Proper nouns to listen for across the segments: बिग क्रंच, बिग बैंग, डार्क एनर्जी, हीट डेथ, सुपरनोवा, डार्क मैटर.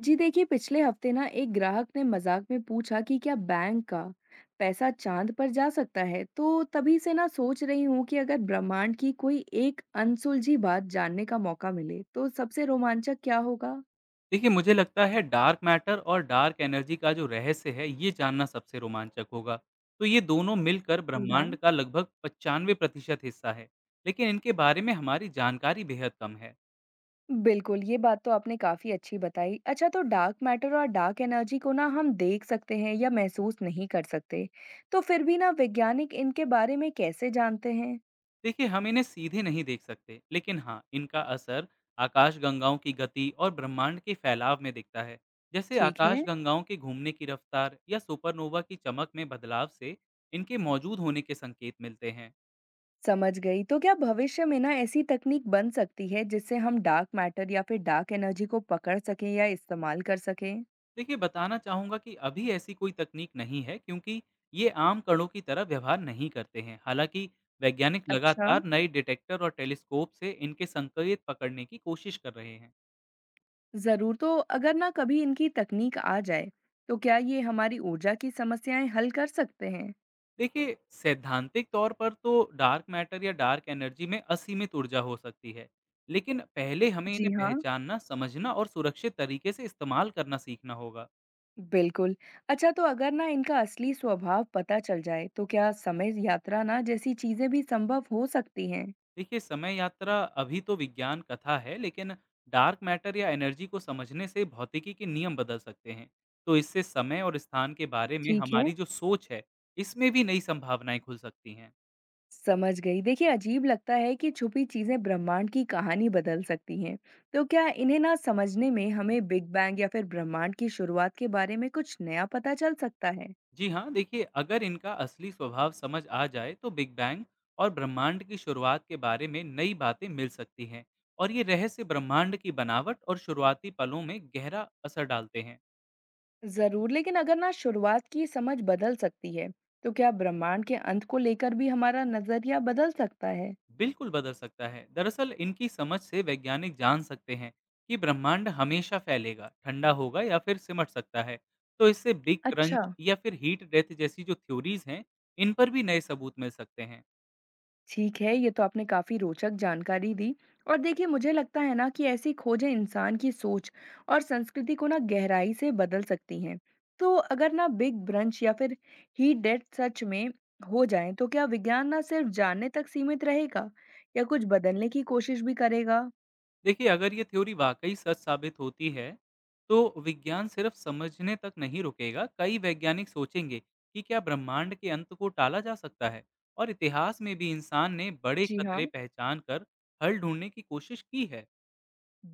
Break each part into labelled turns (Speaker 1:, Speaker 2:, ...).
Speaker 1: जी देखिए, पिछले हफ्ते ना एक ग्राहक ने मजाक में पूछा कि क्या बैंक का पैसा चांद पर जा सकता है। तो तभी से ना सोच रही हूँ कि अगर ब्रह्मांड की कोई एक अनसुलझी बात जानने का मौका मिले तो सबसे रोमांचक क्या होगा।
Speaker 2: देखिए, मुझे लगता है डार्क मैटर और डार्क एनर्जी का जो रहस्य है, ये जानना सबसे रोमांचक होगा। तो ये दोनों मिलकर
Speaker 1: जी हाँ।
Speaker 2: ब्रह्मांड का लगभग 95% हिस्सा है, लेकिन इनके बारे में हमारी जानकारी बेहद कम है।
Speaker 1: बिल्कुल, ये बात तो आपने काफी अच्छी बताई। अच्छा, तो डार्क मैटर और डार्क एनर्जी को ना हम देख सकते हैं या महसूस नहीं कर सकते, तो फिर भी ना वैज्ञानिक इनके बारे में कैसे जानते हैं?
Speaker 2: देखिए, हम इन्हें सीधे नहीं देख सकते, लेकिन हाँ, इनका असर आकाशगंगाओं की गति और ब्रह्मांड के फैलाव में दिखता है। जैसे
Speaker 1: ठीक है,
Speaker 2: आकाशगंगाओं के घूमने की रफ्तार या सुपरनोवा की चमक में बदलाव से इनके मौजूद होने के संकेत मिलते हैं।
Speaker 1: समझ गई। तो क्या भविष्य में ना ऐसी तकनीक बन सकती है जिससे हम डार्क मैटर या फिर डार्क एनर्जी को पकड़ सकें या इस्तेमाल कर सकें?
Speaker 2: देखिए, बताना चाहूँगा कि अभी ऐसी कोई तकनीक नहीं है क्योंकि ये आम कणों की तरह व्यवहार नहीं करते हैं। हालाँकि वैज्ञानिक
Speaker 1: अच्छा,
Speaker 2: लगातार नए डिटेक्टर और टेलीस्कोप से इनके संकेत पकड़ने की कोशिश कर रहे हैं।
Speaker 1: ज़रूर। तो अगर ना कभी इनकी तकनीक आ जाए, तो क्या ये हमारी ऊर्जा की समस्याएं हल कर सकते हैं?
Speaker 2: देखिए, सैद्धांतिक तौर पर तो डार्क मैटर या डार्क एनर्जी में असीमित ऊर्जा हो सकती है। लेकिन पहले हमें इन्हें
Speaker 1: जी हाँ,
Speaker 2: पहचानना, समझना और सुरक्षित तरीके से इस्तेमाल करना सीखना होगा।
Speaker 1: बिल्कुल। अच्छा, तो अगर ना इनका असली स्वभाव पता चल जाए, तो क्या समय यात्रा ना जैसी चीजें भी संभव हो सकती हैं?
Speaker 2: देखिए, समय यात्रा अभी तो विज्ञान कथा है, लेकिन डार्क मैटर या एनर्जी को समझने से भौतिकी के नियम बदल सकते हैं। तो इससे समय और स्थान के बारे में
Speaker 1: ठीक है,
Speaker 2: हमारी जो सोच है, इसमें भी नई संभावनाएं खुल सकती हैं।
Speaker 1: समझ गई। देखिए, अजीब लगता है कि छुपी चीज़ें ब्रह्मांड की कहानी बदल सकती हैं। तो क्या इन्हें ना समझने में हमें बिग बैंग या फिर ब्रह्मांड की शुरुआत के बारे में कुछ नया पता चल सकता है?
Speaker 2: जी हाँ, देखिए, अगर इनका असली स्वभाव समझ आ जाए तो बिग बैंग और ब्रह्मांड की शुरुआत के बारे में नई बातें मिल सकती हैं। और ये रहस्य ब्रह्मांड की बनावट और शुरुआती पलों में गहरा असर डालते हैं।
Speaker 1: ज़रूर, लेकिन अगर ना शुरुआत की समझ बदल सकती है, तो क्या ब्रह्मांड के अंत को लेकर भी हमारा नज़रिया बदल सकता है?
Speaker 2: बिल्कुल बदल सकता है। दरअसल इनकी समझ से वैज्ञानिक जान सकते हैं कि ब्रह्मांड हमेशा फैलेगा, ठंडा होगा या फिर सिमट सकता है। तो इससे बिग
Speaker 1: अच्छा,
Speaker 2: क्रंच या फिर हीट डेथ जैसी जो थ्योरीज हैं, इन पर भी नए सबूत मिल सकते हैं।
Speaker 1: ठीक है, ये तो आपने काफ़ी रोचक जानकारी दी। और देखिए, मुझे लगता है ना कि ऐसी खोजें इंसान की सोच और संस्कृति को ना गहराई से बदल सकती हैं। तो अगर ना बिग ब्रंच या फिर हीट डेथ सच में हो जाए, तो क्या विज्ञान ना सिर्फ जानने तक सीमित रहेगा या कुछ बदलने की कोशिश भी करेगा?
Speaker 2: देखिए, अगर ये थ्योरी वाकई सच साबित होती है तो विज्ञान सिर्फ समझने तक नहीं रुकेगा। कई वैज्ञानिक सोचेंगे कि क्या ब्रह्मांड के अंत को टाला जा सकता है। और इतिहास में भी इंसान ने बड़े
Speaker 1: जी हाँ।
Speaker 2: खतरे पहचान कर हल ढूंढने की कोशिश की है।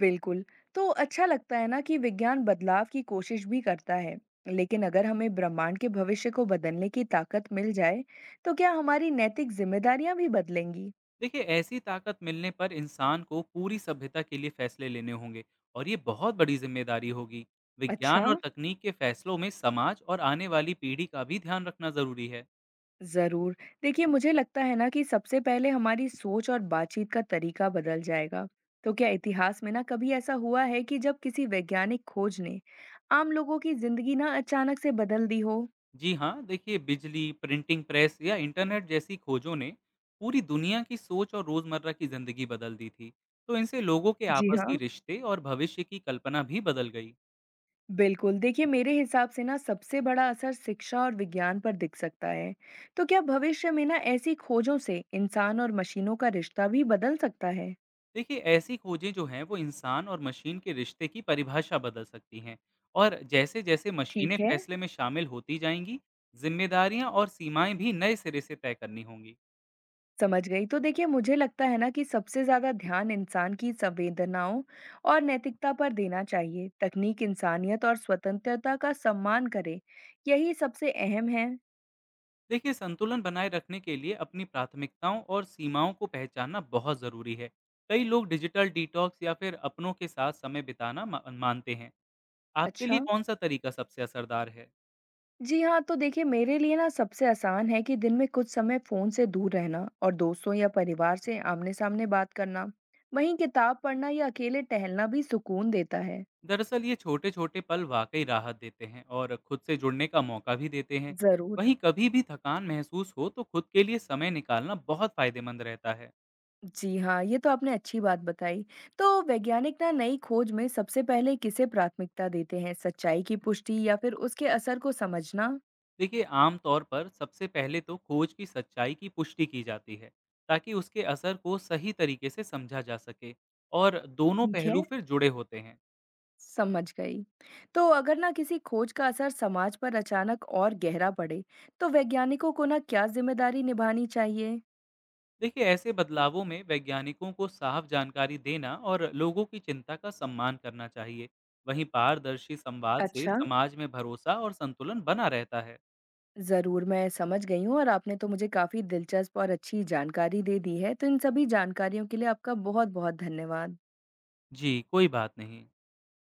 Speaker 1: बिल्कुल। तो अच्छा लगता है ना कि विज्ञान बदलाव की कोशिश भी करता है। लेकिन अगर हमें ब्रह्मांड के भविष्य को बदलने की ताकत मिल जाए, तो क्या हमारी नैतिक जिम्मेदारियां भी बदलेंगी?
Speaker 2: देखिए, ऐसी ताकत मिलने पर इंसान को पूरी सभ्यता के लिए फैसले लेने होंगे और ये बहुत बड़ी जिम्मेदारी होगी।
Speaker 1: अच्छा,
Speaker 2: विज्ञान और तकनीक के फैसलों में समाज और आने वाली पीढ़ी का भी ध्यान रखना जरूरी है।
Speaker 1: ज़रूर। देखिए, मुझे लगता है ना कि सबसे पहले हमारी सोच और बातचीत का तरीका बदल जाएगा। तो क्या इतिहास में ना कभी ऐसा हुआ है कि जब किसी वैज्ञानिक खोज ने आम लोगों की जिंदगी ना अचानक से बदल दी हो?
Speaker 2: जी हाँ, देखिए, बिजली, प्रिंटिंग प्रेस या इंटरनेट जैसी खोजों ने पूरी दुनिया की सोच और रोजमर्रा की जिंदगी बदल दी थी। तो इनसे लोगों के
Speaker 1: जी
Speaker 2: आपसी
Speaker 1: हाँ,
Speaker 2: रिश्ते और भविष्य की कल्पना भी बदल गई।
Speaker 1: बिल्कुल। देखिए, मेरे हिसाब से ना सबसे बड़ा असर शिक्षा और विज्ञान पर दिख सकता है। तो क्या भविष्य में ना ऐसी खोजों से इंसान और मशीनों का रिश्ता भी बदल सकता है?
Speaker 2: देखिए, ऐसी खोजें जो हैं वो इंसान और मशीन के रिश्ते की परिभाषा बदल सकती हैं। और जैसे जैसे मशीनें
Speaker 1: ठीक है,
Speaker 2: फैसले में शामिल होती जाएंगी, जिम्मेदारियां और सीमाएं भी नए सिरे से तय करनी होंगी।
Speaker 1: समझ गई। तो देखिए, मुझे लगता है ना कि सबसे ज्यादा ध्यान इंसान की संवेदनाओं और नैतिकता पर देना चाहिए। तकनीक इंसानियत और स्वतंत्रता का सम्मान करे, यही सबसे अहम है।
Speaker 2: देखिए, संतुलन बनाए रखने के लिए अपनी प्राथमिकताओं और सीमाओं को पहचानना बहुत ज़रूरी है। कई लोग डिजिटल डिटॉक्स या फिर अपनों के साथ समय बिताना मानते हैं। आपके
Speaker 1: अच्छा,
Speaker 2: लिए कौन सा तरीका सबसे असरदार है?
Speaker 1: जी हाँ, तो देखिए, मेरे लिए ना सबसे आसान है कि दिन में कुछ समय फ़ोन से दूर रहना और दोस्तों या परिवार से आमने-सामने बात करना। वहीं किताब पढ़ना या अकेले टहलना भी सुकून देता है।
Speaker 2: दरअसल ये छोटे छोटे पल वाकई राहत देते हैं और खुद से जुड़ने का मौका भी देते हैं।
Speaker 1: ज़रूर।
Speaker 2: वहीं कभी भी थकान महसूस हो तो खुद के लिए समय निकालना बहुत फायदेमंद रहता है।
Speaker 1: जी हाँ, ये तो आपने अच्छी बात बताई। तो वैज्ञानिक ना नई खोज में सबसे पहले किसे प्राथमिकता देते हैं? सच्चाई की पुष्टि या फिर उसके असर को समझना?
Speaker 2: देखिए, आम तौर पर सबसे पहले तो खोज की सच्चाई की पुष्टि की जाती है, ताकि उसके असर को सही तरीके से समझा जा सके। और दोनों
Speaker 1: ठीक है।
Speaker 2: पहलू फिर जुड़े होते हैं।
Speaker 1: समझ गई। तो अगर ना किसी खोज का असर समाज पर अचानक और गहरा पड़े, तो वैज्ञानिकों को ना क्या ज़िम्मेदारी निभानी चाहिए?
Speaker 2: देखिए, ऐसे बदलावों में वैज्ञानिकों को साफ जानकारी देना और लोगों की चिंता का सम्मान करना चाहिए। वहीं पारदर्शी संवाद से
Speaker 1: अच्छा,
Speaker 2: समाज में भरोसा और संतुलन बना रहता है।
Speaker 1: ज़रूर, मैं समझ गई हूँ और आपने तो मुझे काफ़ी दिलचस्प और अच्छी जानकारी दे दी है। तो इन सभी जानकारियों के लिए आपका बहुत-बहुत धन्यवाद।
Speaker 2: जी, कोई बात नहीं।